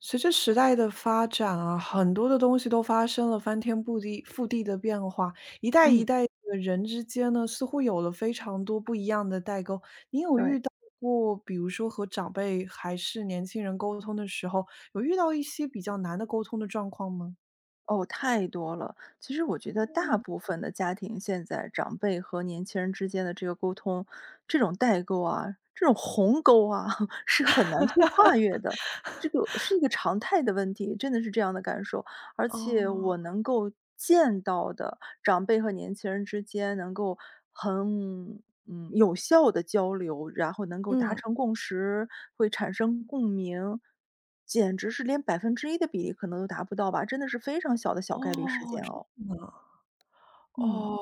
随着时代的发展啊，很多的东西都发生了翻天覆地的变化，一代一嗯，代的人之间呢，似乎有了非常多不一样的代沟。你有对，遇到过，比如说和长辈还是年轻人沟通的时候，有遇到一些比较难的沟通的状况吗？哦，太多了。其实我觉得大部分的家庭现在长辈和年轻人之间的这个沟通，这种代沟啊，这种鸿沟啊，是很难去跨越的。这个是一个常态的问题，真的是这样的感受。而且我哦，能够见到的长辈和年轻人之间能够很有效的交流，然后能够达嗯，成共识，会产生共鸣，简直是连1%的比例可能都达不到吧，真的是非常小的小概率事哦，件真哦。的吗？嗯，哦，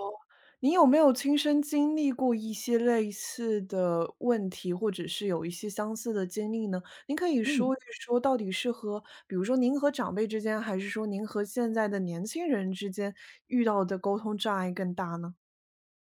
你有没有亲身经历过一些类似的问题，或者是有一些相似的经历呢？您可以嗯。说一说，到底是和比如说您和长辈之间，还是说您和现在的年轻人之间遇到的沟通障碍更大呢？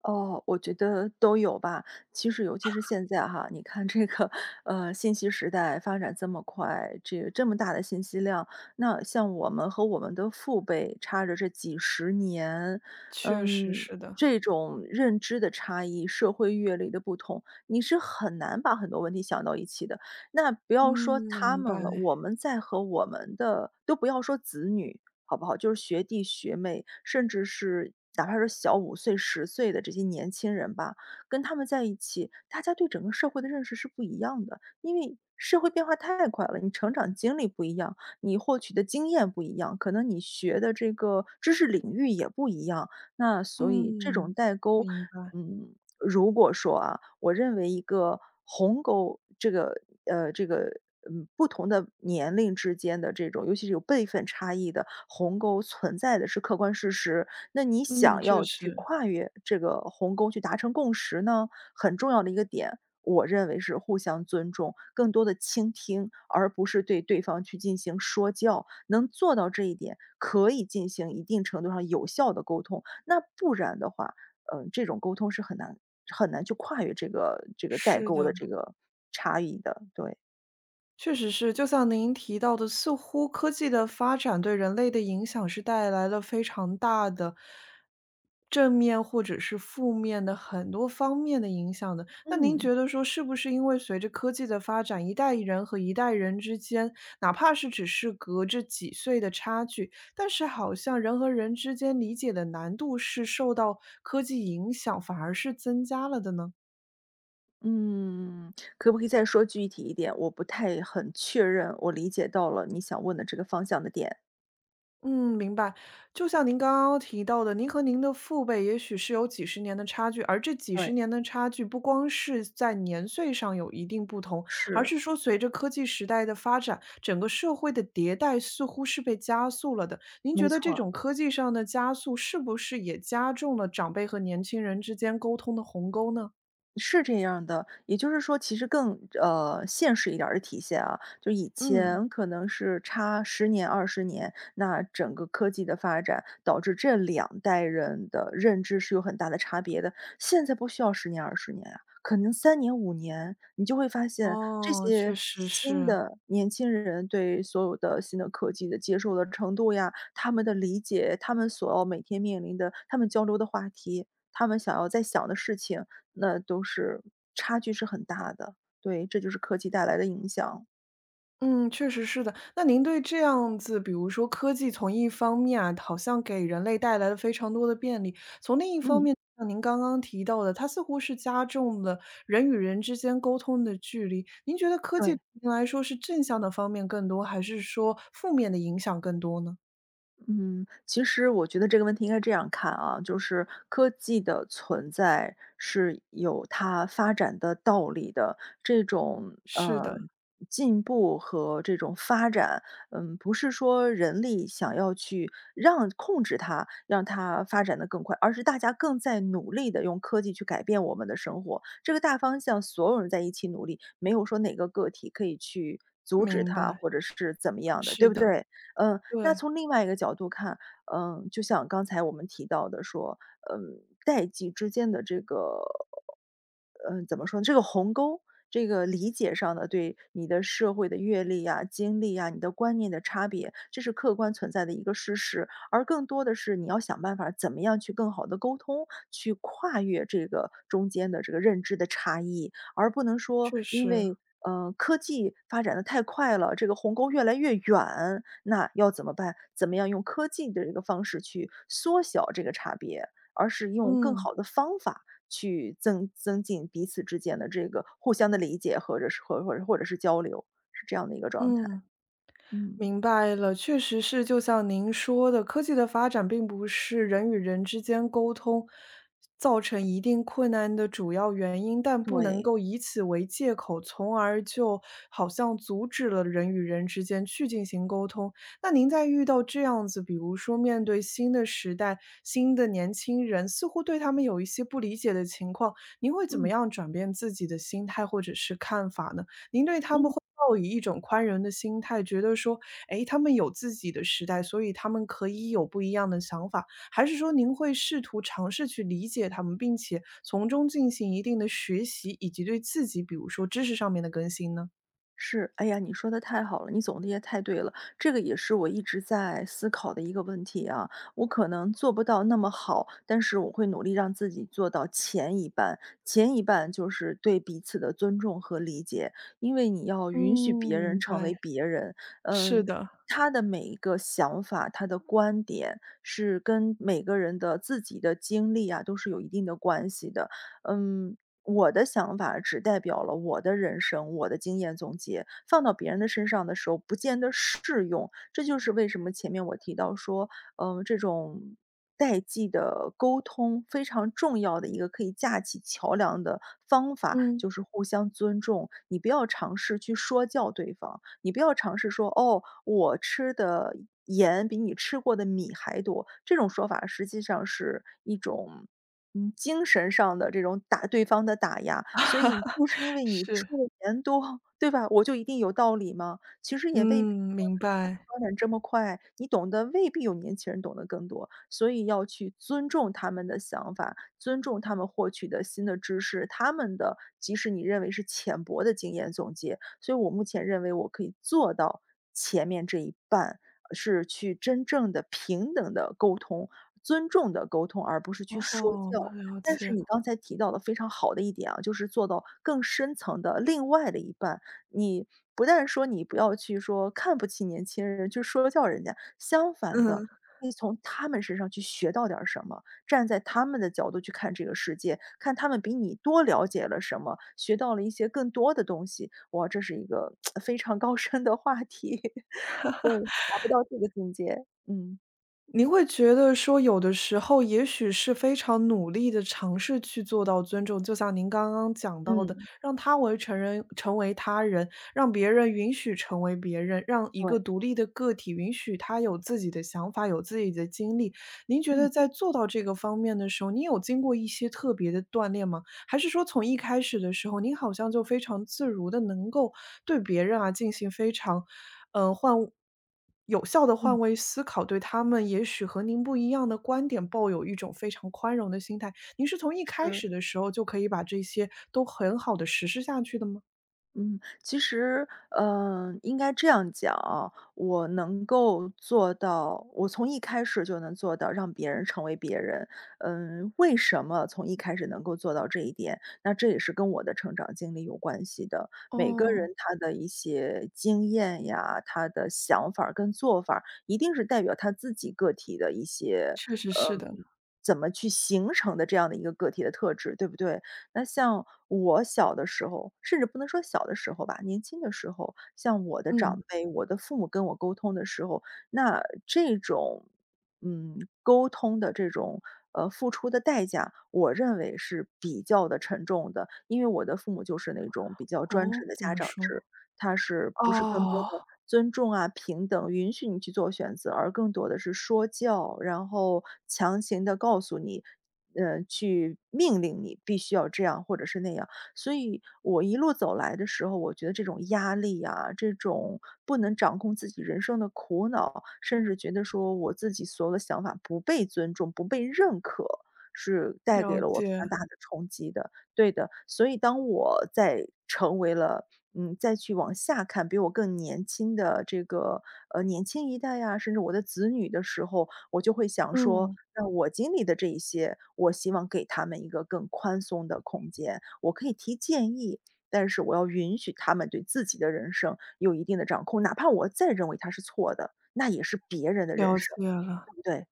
哦，我觉得都有吧。其实尤其是现在哈，你看这个，信息时代发展这么快，这个这么大的信息量，那像我们和我们的父辈差着这几十年，确实嗯，是的，这种认知的差异、社会阅历的不同，你是很难把很多问题想到一起的。那不要嗯，说他明们了，白，我们在和我们的都不要说子女，好不好？就是学弟学妹，甚至是哪怕是小5岁、10岁的这些年轻人吧，跟他们在一起，大家对整个社会的认识是不一样的。因为社会变化太快了，你成长经历不一样，你获取的经验不一样，可能你学的这个知识领域也不一样。那所以这种嗯，代沟明白，如果说啊，我认为一个鸿沟，这个不同的年龄之间的这种，尤其是有辈分差异的鸿沟存在的是客观事实。那你嗯，想确要去实，跨越这个鸿沟去达成共识呢，很重要的一个点，我认为是互相尊重，更多的倾听，而不是对对方去进行说教。能做到这一点，可以进行一定程度上有效的沟通。那不然的话，这种沟通是很难很难去跨越这个代是沟的的。这个差异的，对。确实是，就像您提到的，似乎科技的发展对人类的影响是带来了非常大的正面或者是负面的很多方面的影响的。那您嗯，觉得说，是不是因为随着科技的发展，一代人和一代人之间，哪怕是只是隔着几岁的差距，但是好像人和人之间理解的难度是受到科技影响，反而是增加了的呢？嗯，可不可以再说具体一点？我不太很确认，我理解到了你想问的这个方向的点。嗯，明白。就像您刚刚提到的，您和您的父辈也许是有几十年的差距，而这几十对，年的差距不光是在年岁上有一定不同，而是，是说随着科技时代的发展，整个社会的迭代似乎是被加速了的。您没觉得这错种科技上的加速是不是也加重了长辈和年轻人之间沟通的鸿沟呢？是这样的，也就是说，其实更现实一点儿的体现啊，就以嗯，前可能是差十年、二十年，那整个科技的发展导致这两代人的认知是有很大的差别的。现在不需要十年、二十年啊，可能3年、5年，你就会发现这哦，确些实新是。的年轻人对所有的新的科技的接受的程度呀，他们的理解，他们所要每天面临的，他们交流的话题。他们想要在想的事情，那都是差距是很大的，对，这就是科技带来的影响。嗯，确实是的。那您对这样子，比如说科技从一方面啊，好像给人类带来了非常多的便利，从另一方嗯。面，像您刚刚提到的，它似乎是加重了人与人之间沟通的距离。您觉得科技对。对您来说是正向的方面更多，还是说负面的影响更多呢？嗯，其实我觉得这个问题应该这样看啊，就是科技的存在是有它发展的道理的，这种是的，进步和这种发展，不是说人力想要去让控制它，让它发展的更快，而是大家更在努力的用科技去改变我们的生活。这个大方向，所有人在一起努力，没有说哪个个体可以去阻止明它，白，或者是怎么样的，对是不的，对？那对，从另外一个角度看，就像刚才我们提到的说，代际之间的怎么说呢，这个鸿沟，这个理解上的对你的社会的阅历啊、经历啊、你的观念的差别，这是客观存在的一个事实。而更多的是你要想办法怎么样去更好的沟通，去跨越这个中间的这个认知的差异，而不能说确因实，为，科技发展的太快了，这个鸿沟越来越远，那要怎么办？怎么样用科技的这个方式去缩小这个差别，而是用更嗯好的方法去增进彼此之间的这个互相的理解，或者是交流，是这样的一个状态。嗯。嗯，明白了，确实是，就像您说的，科技的发展并不是人与人之间沟通造成一定困难的主要原因，但不能对，够以此为借口，从而就好像阻止了人与人之间去进行沟通。那您在遇到这样子，比如说面对新的时代、新的年轻人，似乎对他们有一些不理解的情况，您会怎么嗯样转变自己的心态或者是看法呢？您对他们嗯。会抱以一种宽容的心态，觉得说，哎，他们有自己的时代，所以他们可以有不一样的想法，还是说您会试图尝试去理解他们，并且从中进行一定的学习，以及对自己，比如说知识上面的更新呢？是，哎呀，你说的太好了，你总结得太对了，这个也是我一直在思考的一个问题啊。我可能做不到那么好，但是我会努力让自己做到前一半，前一半就是对彼此的尊重和理解，因为你要允许嗯，别人明成白，为别人，是嗯。的，他的每一个想法，他的观点是跟每个人的自己的经历啊，都是有一定的关系的。嗯，我的想法只代表了我的人生，我的经验总结，放到别人的身上的时候不见得适用。这就是为什么前面我提到说，这种代际的沟通非常重要的一个可以架起桥梁的方法，嗯，就是互相尊重。你不要尝试去说教对方，你不要尝试说哦，我吃的盐比你吃过的米还多，这种说法实际上是一种。精神上的这种打对方的打压，所以不是因 为你是，出的钱多，对吧？我就一定有道理吗？其实也未必啊，嗯，明科技白，发展这么快，你懂得未必有年轻人懂得更多，所以要去尊重他们的想法，尊重他们获取的新的知识，他们的即使你认为是浅薄的经验总结，所以我目前认为我可以做到前面这一半。是去真正的平等的沟通、尊重的沟通，而不是去说哦，教。了但是解，你刚才提到的非常好的一点啊，就是做到更深层的另外的一半，你不但说你不要去说看不起年轻人，去说教人家，相反的，嗯。可以从他们身上去学到点儿什么，站在他们的角度去看这个世界，看他们比你多了解了什么，学到了一些更多的东西。哇，这是一个 非常高深的话题。对，还达不到这个境界，嗯，您会觉得说有的时候也许是非常努力的尝试去做到尊重，就像您刚刚讲到的，嗯，让他为成人成为他人，让别人允许成为别人，让一对，个独立的个体允许他有自己的想法，有自己的经历。您觉嗯，得在做到这个方面的时候，你有经过一些特别的锻炼吗？还是说从一开始的时候，您好像就非常自如的能够对别人啊进行非常，呃，换有效的嗯，换位思考，对他们也许和您不一样的观点抱有一种非常宽容的心态，您是从一开是。始的时候就可以把这些都很好的实施下去的吗？嗯，其实，应该这样讲啊，我能够做到，我从一开始就能做到让别人成为别人。为什么从一开始能够做到这一点？那这也是跟我的成长经历有关系的。每个哦，人他的一些经验呀，他的想法儿跟做法儿，一定是代表他自己个体的一些，确实是的，嗯，怎么去形成的这样的一个个体的特质，对不对？那像我小的时候，甚至不能说小的时候吧，年轻的时候，像我的长嗯，辈，我的父母跟我沟通的时候，那这种，嗯，沟通的这种，付出的代价，我认为是比较的沉重的。因为我的父母就是那种比较专哦，制的怎家么长说？制，他是不是更多哦，的尊重啊、平等，允许你去做选择，而更多的是说教，然后强行的告诉你去命令你必须要这样或者是那样。所以我一路走来的时候，我觉得这种压力啊，这种不能掌控自己人生的苦恼，甚至觉得说我自己所有的想法不被尊重、不被认可，是带给了了我非解，常大的冲击的。对的，所以当我在成为了再去往下看比我更年轻的这个，年轻一代呀，甚至我的子女的时候，我就会想说，嗯，那我经历的这一些，我希望给他们一个更宽松的空间。我可以提建议，但是我要允许他们对自己的人生有一定的掌控，哪怕我再认为他是错的，那也是别人的人了生，解了。对不对？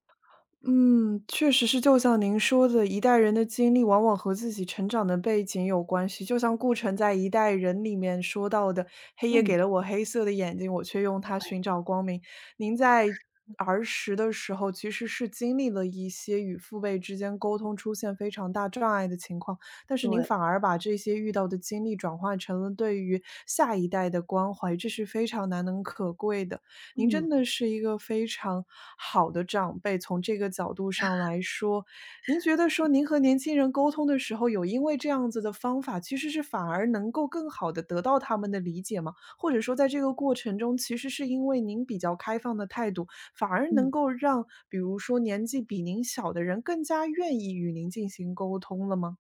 嗯，确实是，就像您说的，一代人的经历往往和自己成长的背景有关系。就像顾城在《一代人》里面说到的：“黑夜嗯，给了我黑色的眼睛，我却用它对寻找光明。”您在儿时的时候，其实是经历了一些与父辈之间沟通出现非常大障碍的情况，但是您对，反而把这些遇到的经历转化成了对于下一代的关怀，这是非常难能可贵的。您嗯真的是一个非常好的长辈，从这个角度上来说，您觉得说您和年轻人沟通的时候，有因为这样子的方法，其实是反而能够更好的得到他们的理解吗？或者说在这个过程中，其实是因为您比较开放的态度，反而能嗯。够让比如说年纪比您小的人更加愿意与您进行沟通了吗？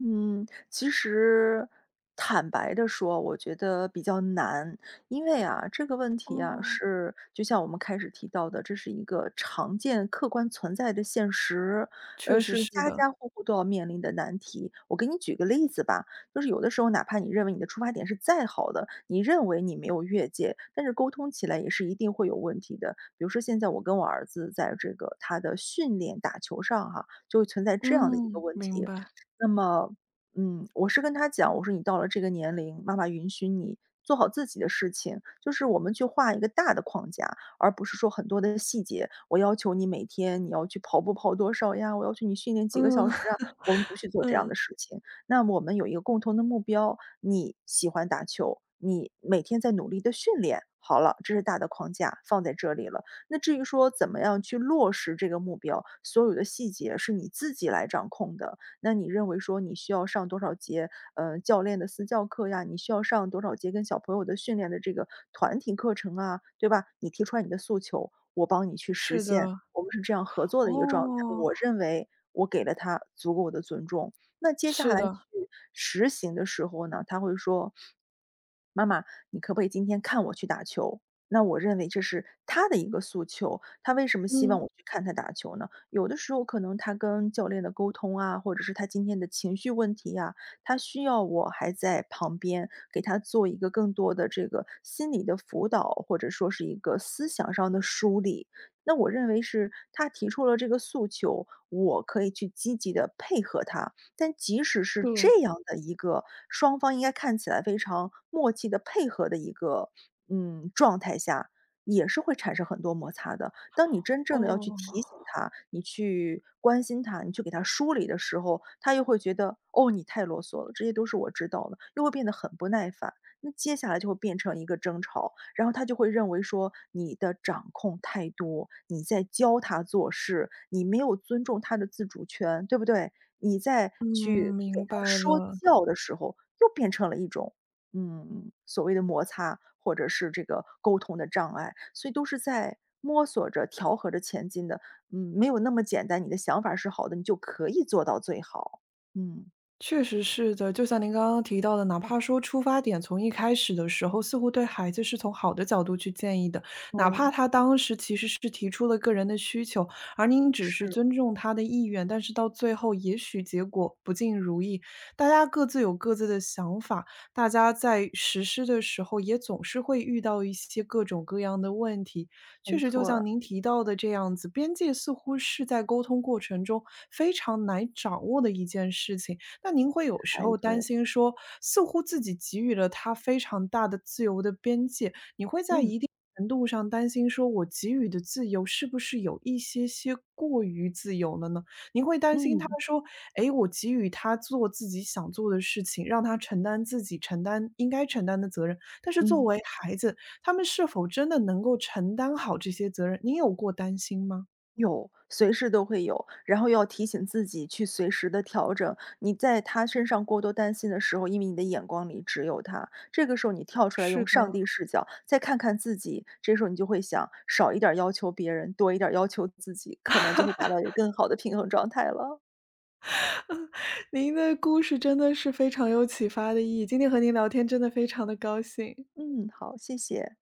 嗯，其实坦白的说，我觉得比较难。因为啊，这个问题啊，哦，是就像我们开始提到的，这是一个常见、客观存在的现实，确实是是家的，家户户都要面临的难题。我给你举个例子吧，就是有的时候哪怕你认为你的出发点是再好的，你认为你没有越界，但是沟通起来也是一定会有问题的。比如说现在我跟我儿子在这个他的训练打球上哈，就会存在这样的一个嗯，问明题。白，那么，嗯，我是跟他讲，我说你到了这个年龄，妈妈允许你做好自己的事情，就是我们去画一个大的框架，而不是说很多的细节。我要求你每天你要去跑步跑多少呀，我要求你训练几个嗯 小时啊，我们不去 做这样嗯，的事情。那我们有一个共同的目标，你喜欢打球，你每天在努力的训练。好了，这是大的框架放在这里了。那至于说怎么样去落实这个目标，所有的细节是你自己来掌控的。那你认为说你需要上多少节，教练的私教课呀，你需要上多少节跟小朋友的训练的这个团体课程啊，对吧？你提出来你的诉求，我帮你去实是现，的，我们是这样合作的一个状态。哦。我认为我给了他足够的尊重。那接下是来去的，实行的时候呢，他会说：“妈妈，你可不可以今天看我去打球？”那我认为这是他的一个诉求，他为什么希望嗯，我去看他打球呢？有的时候可能他跟教练的沟通啊，或者是他今天的情绪问题呀，他需要我还在旁边给他做一个更多的这个心理的辅导，或者说是一个思想上的梳理。那我认为是他提出了这个诉求，我可以去积极的配合他。但即使是对，这样的一个双方应该看起来非常默契的配合的一个状态下，也是会产生很多摩擦的。当你真正的要去提哦，醒他，你去关心他，你去给他梳理的时候，他又会觉得，哦，你太啰嗦了，这些都是我知道的，又会变得很不耐烦。那接下来就会变成一个争吵，然后他就会认为说你的掌控太多，你在教他做事，你没有尊重他的自主权，对不对？你在嗯，去给他明白说了。教的时候，又变成了一种所谓的摩擦，或者是这个沟通的障碍，所以都是在摸索着、调和着前进的。嗯，没有那么简单，你的想法是好的，你就可以做到最好。嗯，确实是的，就像您刚刚提到的，哪怕说出发点从一开始的时候，似乎对孩子是从好的角度去建议的，哪怕对，他当时其实是提出了个人的需求，而您只是是，尊重他的意愿，但是到最后也许结果不尽如意，大家各自有各自的想法，大家在实施的时候也总是会遇到一些各种各样的问题。确没实，就错儿，像您提到的这样子，边界似乎是在沟通过程中非常难掌握的一件事情。那您会有时太候对担了。心说，似乎自己给予了他非常大的自由的边界，你会在嗯一定程度上担心说，我给予的自由是不是有一些些过于自由了呢？您会担心他嗯说，诶，我给予他做自己想做的事情，让他承担自己承担应该承担的责任，但是作嗯。为孩子，他们是否真的能够承担好这些责任，您有过担心吗？有，随时都会有，然后要提醒自己去随时的调整。你在他身上过多担心的时候，因为你的眼光里只有他，这个时候你跳出来用是上的，帝视角再看看自己，这时候你就会想，少一点儿要求别人，多一点儿要求自己，可能就会达到一个更好的平衡状态了。您的故事真的是非常有启发的意义，今天和您聊天真的非常的高兴。嗯，好，谢谢。